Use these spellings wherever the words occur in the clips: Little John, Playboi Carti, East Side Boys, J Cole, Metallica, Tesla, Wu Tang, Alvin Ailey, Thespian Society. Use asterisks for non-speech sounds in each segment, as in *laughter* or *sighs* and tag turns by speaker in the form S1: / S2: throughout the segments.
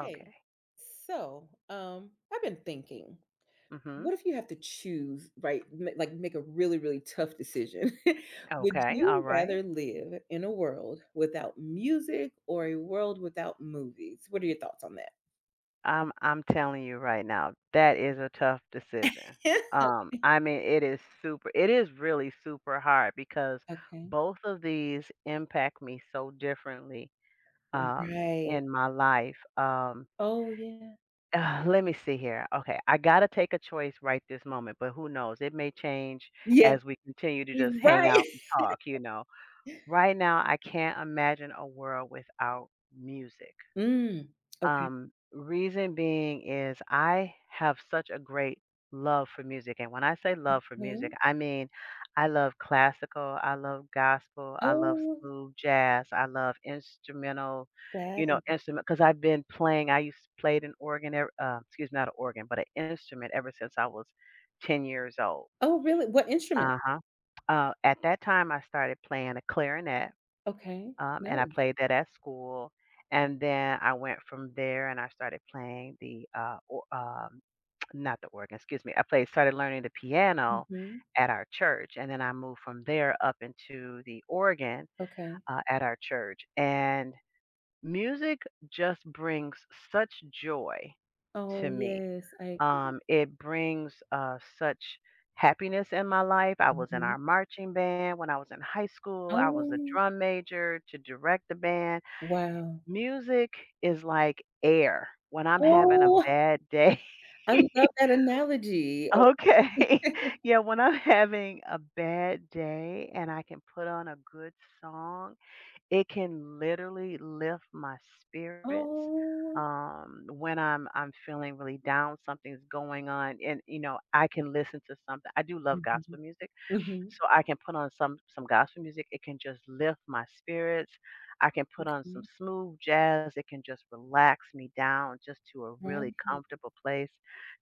S1: Hey, I've been thinking,
S2: Mhm.
S1: what if you have to choose, right? Like make a really, really tough decision. *laughs* Would
S2: Okay. All
S1: you
S2: right.
S1: rather live in a world without music or a world without movies? What are your thoughts on that?
S2: I'm telling you right now, that is a tough decision.
S1: *laughs*
S2: I mean, it is really super hard because
S1: Okay.
S2: both of these impact me so differently um
S1: Right.
S2: in my life.
S1: Oh yeah.
S2: *sighs* Let me see here. Okay, I got to take a choice right this moment, but who knows? It may change
S1: Yeah.
S2: as we continue to just
S1: you
S2: hang
S1: Right.
S2: out and
S1: *laughs*
S2: talk, you know. Right now, I can't imagine a world without music.
S1: Mm. Okay.
S2: Reason being is I have such a great love for music. And when I say love for
S1: Okay.
S2: music, I mean I love classical, I love gospel, I love
S1: Oh,
S2: smooth jazz, I love instrumental,
S1: that
S2: you know,
S1: is.
S2: instrument because I've been playing. I used to played an organ, excuse me, not an organ, but an instrument ever since I was 10 years old.
S1: Oh, really? What instrument?
S2: Uh-huh. At that time, I started playing a clarinet,
S1: Okay.
S2: and I
S1: No.
S2: played that at school, and then I went from there and I started playing the, or *tsk* not the organ, excuse me. I played Started learning the piano
S1: Hmm.
S2: at our church, and then I moved from there up into the organ,
S1: Okay.
S2: at our church. And music just brings such joy
S1: Oh
S2: to me.
S1: yes, I agree.
S2: It brings, such happiness in my life. I was in
S1: Mhm.
S2: our marching band when I was in high school. I was a
S1: Oh,
S2: drum major to direct the band.
S1: wow.
S2: Music is like air when I'm having a
S1: Oh, *laughs*
S2: bad day.
S1: I
S2: *laughs*
S1: love that analogy. *laughs*
S2: Okay. *laughs* Yeah, when I'm having a bad day and I can put on a good song, it can literally lift my spirits.
S1: Oh.
S2: When I'm feeling really down, something's going on, and you know, I can listen to something. I do love
S1: Mhm,
S2: gospel music.
S1: mhm,
S2: So I can put on some gospel music, it can just lift my spirits. I can put on some
S1: okay,
S2: smooth jazz, it can just relax me down just to a really
S1: right.
S2: comfortable place.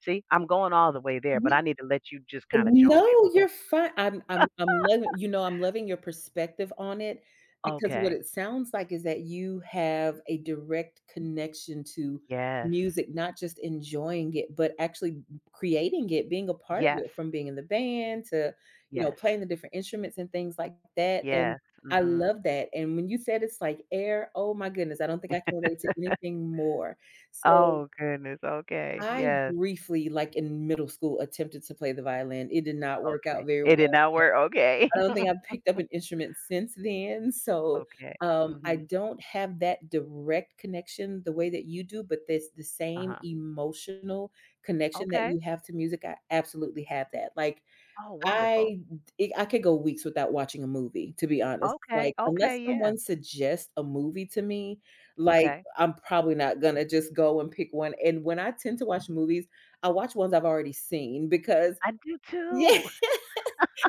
S2: See, I'm going all the way there, but I need to let you just kinda jump in
S1: No,
S2: with.
S1: you're fine. I'm I'm loving your perspective on it because what
S2: Okay.
S1: it sounds like is that you have a direct connection to
S2: Yes.
S1: music, not just enjoying it, but actually creating it, being a part of
S2: Yes.
S1: it from being in the band to, you know,
S2: Yes.
S1: playing the different instruments and things like that, and
S2: Yes.
S1: I
S2: Mhm.
S1: love that, and when you said it's like air, oh my goodness, I don't think I can relate to anything more. So
S2: Oh goodness, okay,
S1: I
S2: yes,
S1: briefly, like in middle school, attempted to play the violin. It did not work
S2: okay.
S1: out very
S2: It did
S1: well.
S2: not work? Okay.
S1: *laughs* I don't think
S2: *laughs*
S1: I've picked up an instrument since then, so,
S2: Okay.
S1: I
S2: Mhm.
S1: don't have that direct connection the way that you do, but there's the same
S2: Uh-huh.
S1: emotional connection that
S2: Okay.
S1: you have to music, I absolutely have that. Like,
S2: Oh, wonderful.
S1: I I could go weeks without watching a movie, to be honest.
S2: Okay,
S1: Like, unless
S2: okay, yes.
S1: someone suggests a movie to me, like,
S2: Okay.
S1: I'm probably not gonna just go and pick one, and when I tend to watch movies, I watch ones I've already seen because
S2: I do
S1: *laughs* yeah.
S2: too.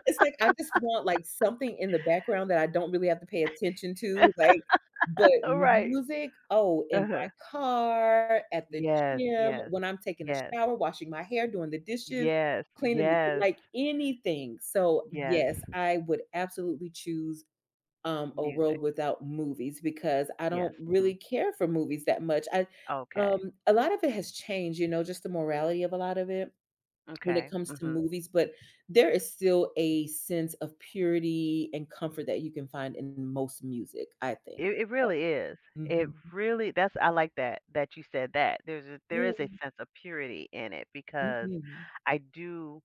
S1: It's like I just want, like, something in the background that I don't really have to pay attention to, but
S2: *laughs* All right.
S1: music, oh, in my
S2: Uh-huh.
S1: car, at the
S2: Yes,
S1: gym,
S2: yes,
S1: when I'm taking a
S2: yes,
S1: shower, washing my hair, doing the dishes,
S2: yes,
S1: cleaning the
S2: yes,
S1: like, anything. So,
S2: yes.
S1: yes, I would absolutely choose, a world
S2: Music.
S1: without movies because I
S2: Yes.
S1: don't
S2: Hmm.
S1: really care for movies that much. I
S2: Okay.
S1: Um, a lot of it has changed, you know, just the morality of a lot of it when it
S2: Okay.
S1: comes to
S2: Hmm.
S1: movies, but there is still a sense of purity and comfort that you can find in most music, I think.
S2: It
S1: Oh
S2: really is. It
S1: mhm.
S2: really. That's. I like that. That you said that. There's. A, there
S1: Yeah,
S2: is a sense of purity in it because
S1: mhm.
S2: I do.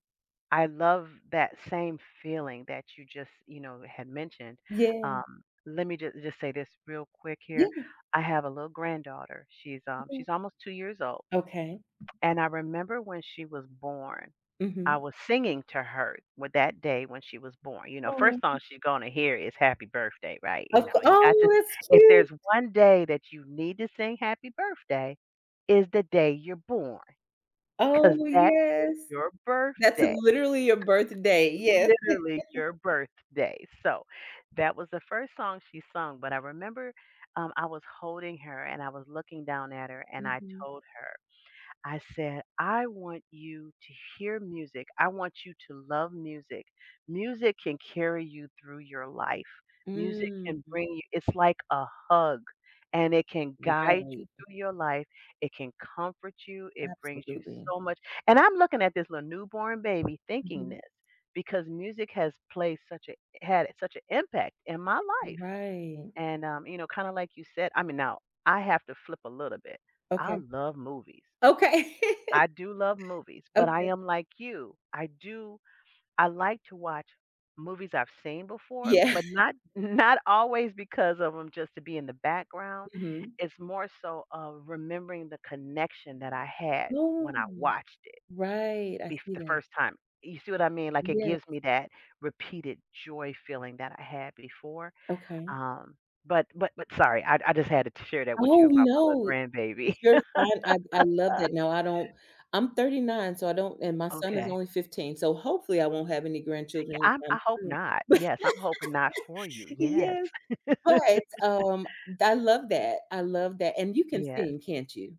S2: I love that same feeling that you just, you know, had mentioned.
S1: Yeah,
S2: Let me just say this real quick here.
S1: yeah,
S2: I have a little granddaughter. She's um
S1: yeah.
S2: she's almost 2 years old,
S1: Okay.
S2: and I remember when she was born. I
S1: Mhm.
S2: was singing to her with that day when she was born. You know, first
S1: Oh,
S2: song she's gonna hear is "Happy Birthday," right? You
S1: of
S2: know,
S1: c
S2: you got
S1: oh,
S2: to.
S1: that's
S2: If
S1: cute.
S2: there's one day that you need to sing "Happy Birthday," is the day you're born, because
S1: Oh,
S2: that is
S1: yes.
S2: your
S1: That's
S2: birthday.
S1: literally your birthday, yes.
S2: Literally your birthday. So that was the first song she sung. But I remember, I was holding her and I was looking down at her and I
S1: Mhm.
S2: told her. I said, I want you to hear music. I want you to love music. Music can carry you through your life. Music
S1: Mm,
S2: can bring you, it's like a hug, and it can guide you
S1: right,
S2: through your life. It can comfort you. It brings you
S1: absolutely.
S2: so much. And I'm looking at this little newborn baby thinking
S1: Mhm.
S2: this because music has had such an impact in my life.
S1: Right.
S2: You know, kind of like you said, I mean, now I have to flip a little bit. I
S1: Okay.
S2: love movies.
S1: Okay.
S2: I
S1: *laughs*
S2: do love movies, but I
S1: Okay.
S2: am like you. I like to watch movies I've seen before,
S1: Yeah.
S2: but not *laughs* not always because of them. Just to be in the background.
S1: Mhm.
S2: It's more so of remembering the connection that I had
S1: Oh.
S2: when I watched it
S1: Right, I
S2: bef
S1: see
S2: the
S1: that.
S2: first time. You see what I mean? Like, it
S1: Yeah,
S2: gives me that repeated joy feeling that I had before.
S1: okay.
S2: Um, but sorry, I just had to share that with you
S1: Oh,
S2: about my little
S1: no,
S2: grandbaby.
S1: you're
S2: *laughs*
S1: fine, I love that. Now I don't I'm 39, so I don't and my son is
S2: Okay.
S1: only 15, so hopefully I won't have any grandchildren anytime
S2: I hope
S1: soon.
S2: not. Yes,
S1: *laughs*
S2: I'm hoping not for you.
S1: But
S2: Yes,
S1: yes, but, um, I love that, and you can
S2: yes.
S1: sing, can't you?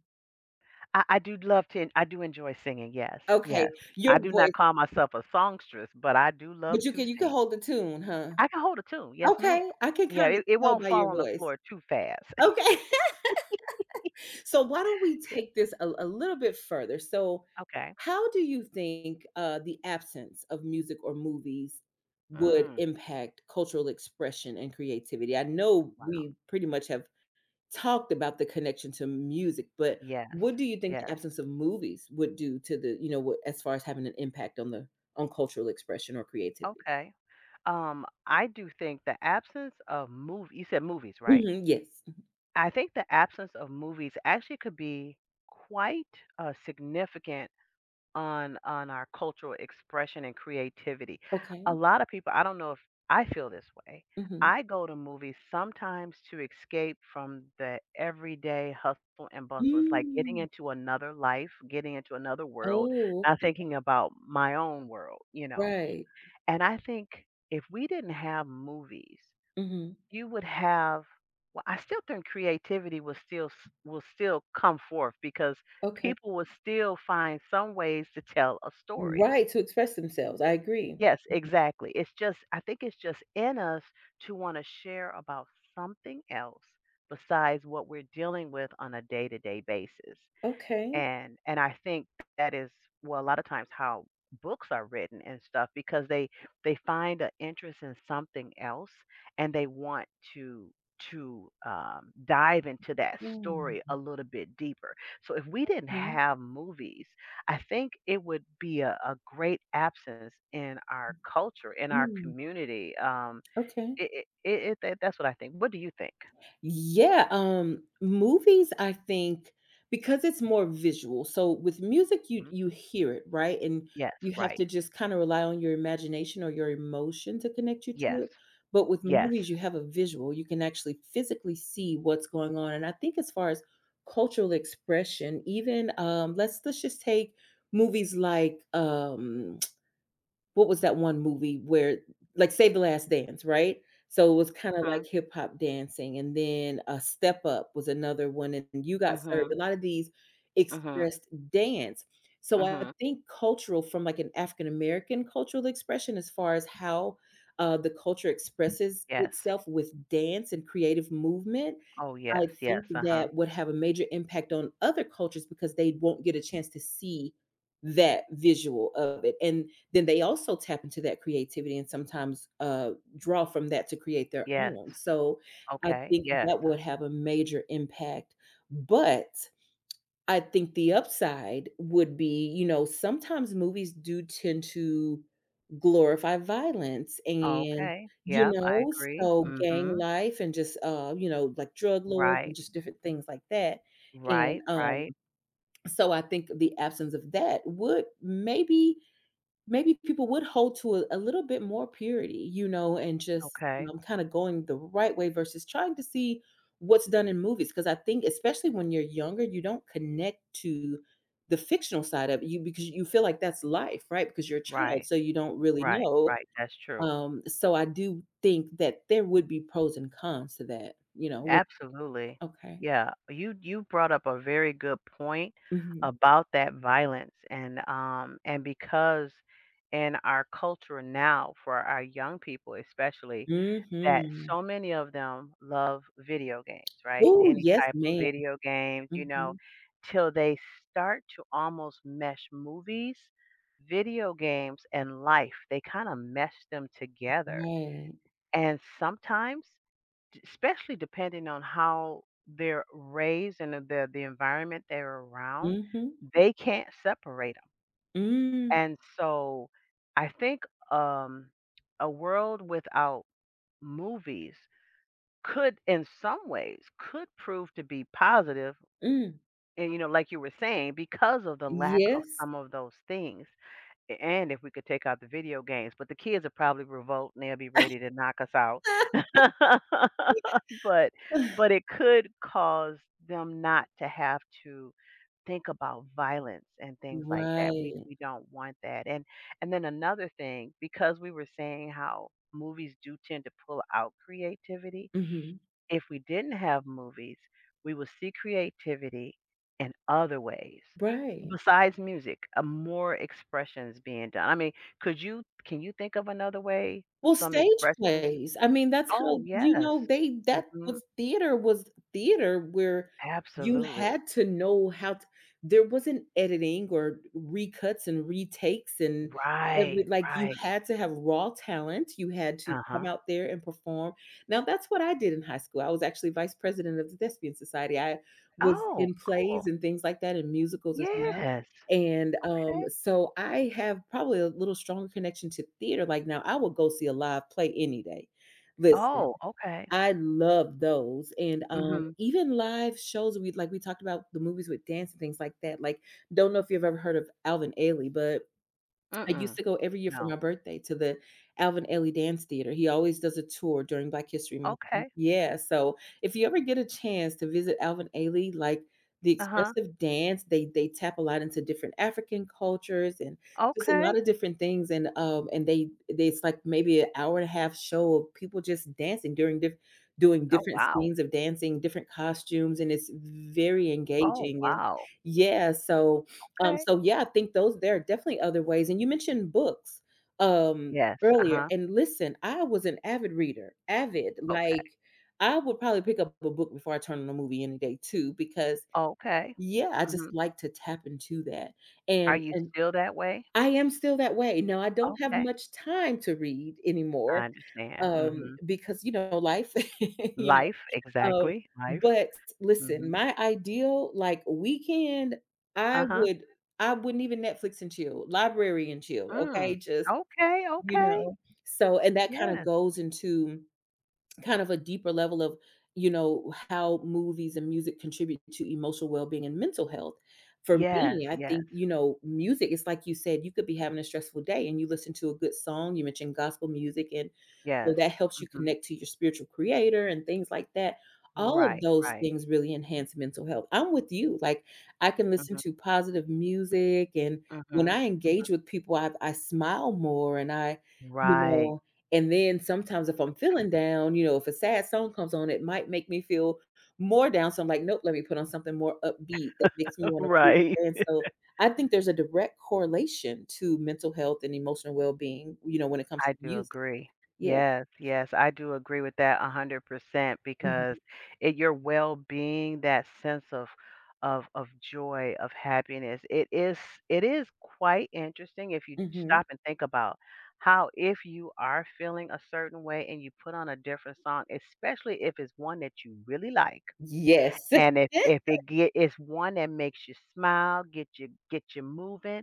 S2: I do love to en I do enjoy singing, yes,
S1: Okay,
S2: yes.
S1: your
S2: I do not
S1: voice
S2: call myself a songstress, but I do
S1: but
S2: love to
S1: you can
S2: sing.
S1: hold the tune, huh?
S2: I can hold a tune, yes, ma'am.
S1: Okay, I can
S2: Yeah,
S1: kinda
S2: it
S1: tell
S2: won't
S1: by
S2: fall
S1: your
S2: on the
S1: voice.
S2: floor too fast. *laughs*
S1: Okay. *laughs* So why don't we
S2: Yeah,
S1: take this a little bit further? So,
S2: okay.
S1: how do you think the absence of music or movies would
S2: Mm,
S1: impact cultural expression and creativity? I know
S2: wow.
S1: we pretty much have talked about the connection to music, but
S2: Yes,
S1: what do you think the
S2: yes.
S1: absence of movies would do to the, you know, what as far as having an impact on the on cultural expression or creativity?
S2: Okay. I do think the absence of movie. You said movies, right?
S1: Mhm, yes.
S2: I think the absence of movies actually could be quite, significant on our cultural expression and creativity.
S1: Okay.
S2: A lot of people, I don't know if I feel this way.
S1: Hmm.
S2: I go to movies sometimes to escape from the everyday hustle and bustle. It's like getting
S1: Mm.
S2: into another life, getting into another world,
S1: Oh,
S2: not thinking about my own world, you know.
S1: right.
S2: And I think if we didn't have movies
S1: Hmm.
S2: you would have, well, I still think creativity will still will still come forth because
S1: Okay.
S2: people will still find some ways to tell a story.
S1: Right, to express themselves, I agree.
S2: Yes, exactly, it's just I think it's just in us to want to share about something else besides what we're dealing with on a day-to-day basis,
S1: Okay.
S2: and I think that is, well, a lot of times how books are written and stuff because they find an interest in something else and they want to to dive into that story
S1: Mm,
S2: a little bit deeper. So if we didn't
S1: mhm,
S2: have movies, I think it would be a great absence in our culture, in our
S1: mm,
S2: community.
S1: okay.
S2: It, it, that's what I think. What do you think?
S1: Yeah, movies, I think because it's more visual, so with music,
S2: Mhm.
S1: you hear it, right? And
S2: Yes,
S1: you have
S2: right.
S1: to just kinda rely on your imagination or your emotion to connect you to
S2: Yes,
S1: it, but with
S2: yes.
S1: movies, you have a visual, you can actually physically see what's going on, and I think as far as cultural expression, even, let's just take movies like, what was that one movie where like Save the Last Dance, right? So it was kind of like
S2: Mm-hmm.
S1: hip hop dancing, and then a Step Up was another one, and You Got Served. A lot of these
S2: Mm-hmm.
S1: expressed dance. So I
S2: Mhm.
S1: think cultural from like an African American cultural expression, as far as how the culture expresses
S2: Yes.
S1: itself with dance and creative movement,
S2: Oh,
S1: I
S2: yes, yes,
S1: think
S2: uh-huh.
S1: that would have a major impact on other cultures because they won't get a chance to see that visual of it, and then they also tap into that creativity and sometimes, draw from that to create their
S2: Yes.
S1: own, so I
S2: Okay,
S1: think
S2: yes.
S1: that would have a major impact, but I think the upside would be, you know, sometimes movies do tend to glorify violence and,
S2: Okay.
S1: you
S2: Yep, I
S1: know,
S2: agree.
S1: so gang
S2: Mhm.
S1: life and just, you know, like drug lords and
S2: Right,
S1: just different things like that. And
S2: right, right.
S1: so I think the absence of that would maybe maybe people would hold to a little bit more purity, you know, and just, you
S2: Okay.
S1: know, kinda going the right way versus trying to see what's done in movies. Because I think especially when you're younger, you don't connect to the fictional side of it, you because you feel like that's life, right? Because you're a child,
S2: Right,
S1: so you don't really
S2: right,
S1: know,
S2: right. That's true.
S1: so I do think that there would be pros and cons to that, you know, with
S2: Absolutely.
S1: okay.
S2: Yeah, you brought up a very good point
S1: Mhm.
S2: about that violence and because in our culture now for our young people especially, that
S1: Mhm.
S2: so many of them love video games, right?
S1: Ooh,
S2: Any
S1: yes,
S2: type of
S1: ma'am.
S2: video games, you know,
S1: Mhm.
S2: till they start to almost mesh movies, video games, and life. They kind of mesh them together.
S1: Right.
S2: And sometimes, especially depending on how they're raised and the environment they're around,
S1: Mhm.
S2: they can't separate them.
S1: Mm.
S2: And so I think, um, a world without movies could in some ways could prove to be positive,
S1: Mm.
S2: and you know like you were saying because of the lack of
S1: Yes.
S2: some of those things. And if we could take out the video games, but the kids are probably revolt and they'll be ready to knock us out *laughs* but
S1: *sighs* *laughs*
S2: it could cause them not to have to think about violence and things like that,
S1: Right.
S2: we don't want that. And then another thing, because we were saying how movies do tend to pull out creativity,
S1: Mhm.
S2: if we didn't have movies, we would see creativity in other ways
S1: Right.
S2: besides music, more expressions being done. I mean, could you can you think of another way,
S1: Well,
S2: some
S1: stage
S2: expressions?
S1: plays, I mean, that's how
S2: Oh,
S1: you
S2: yes.
S1: know, they that
S2: Mhm.
S1: was theater where you
S2: Absolutely.
S1: had to know how t there wasn't editing or recuts and retakes and every
S2: Right,
S1: like, you
S2: right.
S1: had to have raw talent, you had to come
S2: Uh-huh.
S1: out there and perform. Now that's what I did in high school, I was actually vice president of the Thespian Society, I was
S2: Oh,
S1: in plays
S2: cool.
S1: and things like that and musicals as well.
S2: Yes.
S1: And,
S2: Okay.
S1: so I have probably a little stronger connection to theater, like, now I will go see a live play any day. Listen,
S2: Oh, okay.
S1: I love those, and,
S2: Mhm.
S1: even live shows we talked about the movies with dance and things like that, like, don't know if you've ever heard of Alvin Ailey, but I used
S2: Mm-mm.
S1: to go every year for my
S2: No.
S1: birthday to the Alvin Ailey Dance Theater. He always does a tour during Black History Month. Mm,
S2: Okay.
S1: yeah, so if you ever get a chance to visit Alvin Ailey, like, the
S2: Uh-huh.
S1: expressive dance, they tap a lot into different African cultures and just a lot
S2: Okay.
S1: of different things, and they it's like maybe an hour and a half show of people just dancing during diff doing
S2: Oh,
S1: different
S2: wow.
S1: scenes of dancing, different costumes, and it's very
S2: Oh,
S1: engaging, and
S2: wow.
S1: yeah, so
S2: Okay.
S1: so yeah, I think those there are definitely other ways, and you mentioned books,
S2: Yes,
S1: earlier,
S2: uh-huh,
S1: and listen, I was an avid reader, avid,
S2: okay,
S1: like, I would probably pick up a book before I turn on a movie any day too because,
S2: okay,
S1: yeah, I
S2: mhm.
S1: just like to tap into that,
S2: Are
S1: and
S2: you
S1: and
S2: still that way?
S1: I am still that way. Now I don't have
S2: Okay,
S1: much time to read anymore,
S2: I understand, mhm.
S1: because, you know, life, *laughs* you
S2: Life,
S1: um,
S2: exactly, life,
S1: but listen,
S2: mhm,
S1: my ideal, like, weekend, I
S2: uh-huh,
S1: would I wouldn't even Netflix and chill, library and chill, okay?
S2: mm,
S1: Just,
S2: okay,
S1: you
S2: okay,
S1: know? So and that kinda
S2: yes,
S1: goes into kind of a deeper level of, you know, how movies and music contribute to emotional well-being and mental health. For
S2: yes,
S1: me, I
S2: yes,
S1: think, you know, music it's like you said, you could be having a stressful day and you listen to a good song, you mentioned gospel music, and so
S2: yes,
S1: that helps you
S2: mhm,
S1: connect to your spiritual creator and things like that. All of
S2: right,
S1: those
S2: right,
S1: things really enhance mental health. I'm with you, like, I can listen
S2: mhm,
S1: to positive music, and when
S2: mhm,
S1: I engage
S2: mhm,
S1: with people, I smile more and I, you
S2: right,
S1: know and then sometimes if I'm feeling down, you know, if a sad song comes on, it might make me feel more down. So I'm like, "Nope, let me put on something more upbeat that makes
S2: *laughs*
S1: me wanna move."
S2: right.
S1: And so I think there's a direct correlation to mental health and emotional well-being, you know, when it comes
S2: I
S1: to
S2: do
S1: music.
S2: agree.
S1: Yeah.
S2: Yes, yes, I do agree with that 100% because
S1: Mhm.
S2: it your well-being, that sense of of joy, of happiness. It is quite interesting if you
S1: Mhm.
S2: stop and think about how if you are feeling a certain way and you put on a different song, especially if it's one that you really like.
S1: Yes.
S2: And if
S1: *laughs*
S2: it's one that makes you smile, get you moving,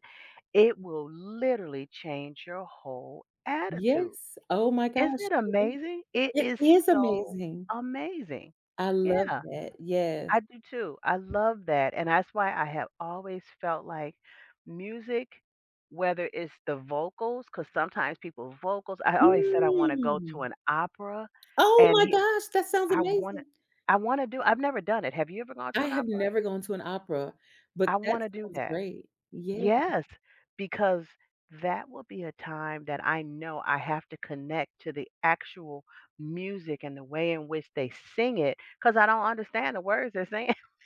S2: it will literally change your whole attitude.
S1: Yes. Oh my
S2: Isn't
S1: gosh.
S2: it
S1: Mhm.
S2: amazing? It
S1: It
S2: is
S1: is
S2: so
S1: amazing.
S2: amazing.
S1: I love
S2: Yeah,
S1: that. Yes.
S2: I do too. I love that, and that's why I have always felt like music, whether it's the vocals, because sometimes people vocals I always said I wanna go to
S1: Mm.
S2: an opera,
S1: Oh
S2: and
S1: my
S2: he
S1: gosh, that sounds
S2: I wanna
S1: amazing.
S2: I wanna do. I've never done it. Have you ever gone to
S1: I
S2: an
S1: have
S2: opera?
S1: never gone to an opera, but
S2: I
S1: that
S2: wanna do
S1: sounds
S2: that.
S1: great. Yes,
S2: Yes, because that will be a time that I know I have to connect to the actual music and the way in which they sing it, because I don't understand the words they're saying. *laughs*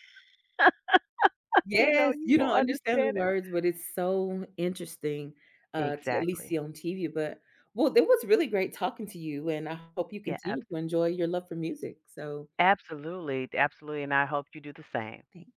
S2: You know,
S1: yes,
S2: you
S1: you don't
S2: won't
S1: understand the
S2: understand it.
S1: words, but it's so interesting, to at least
S2: Exactly.
S1: see on TV, but well, it was really great talking to you, and I hope you
S2: Yeah,
S1: continue to enjoy your love for music, so
S2: absolutely, absolutely, and I hope you do the same.
S1: thank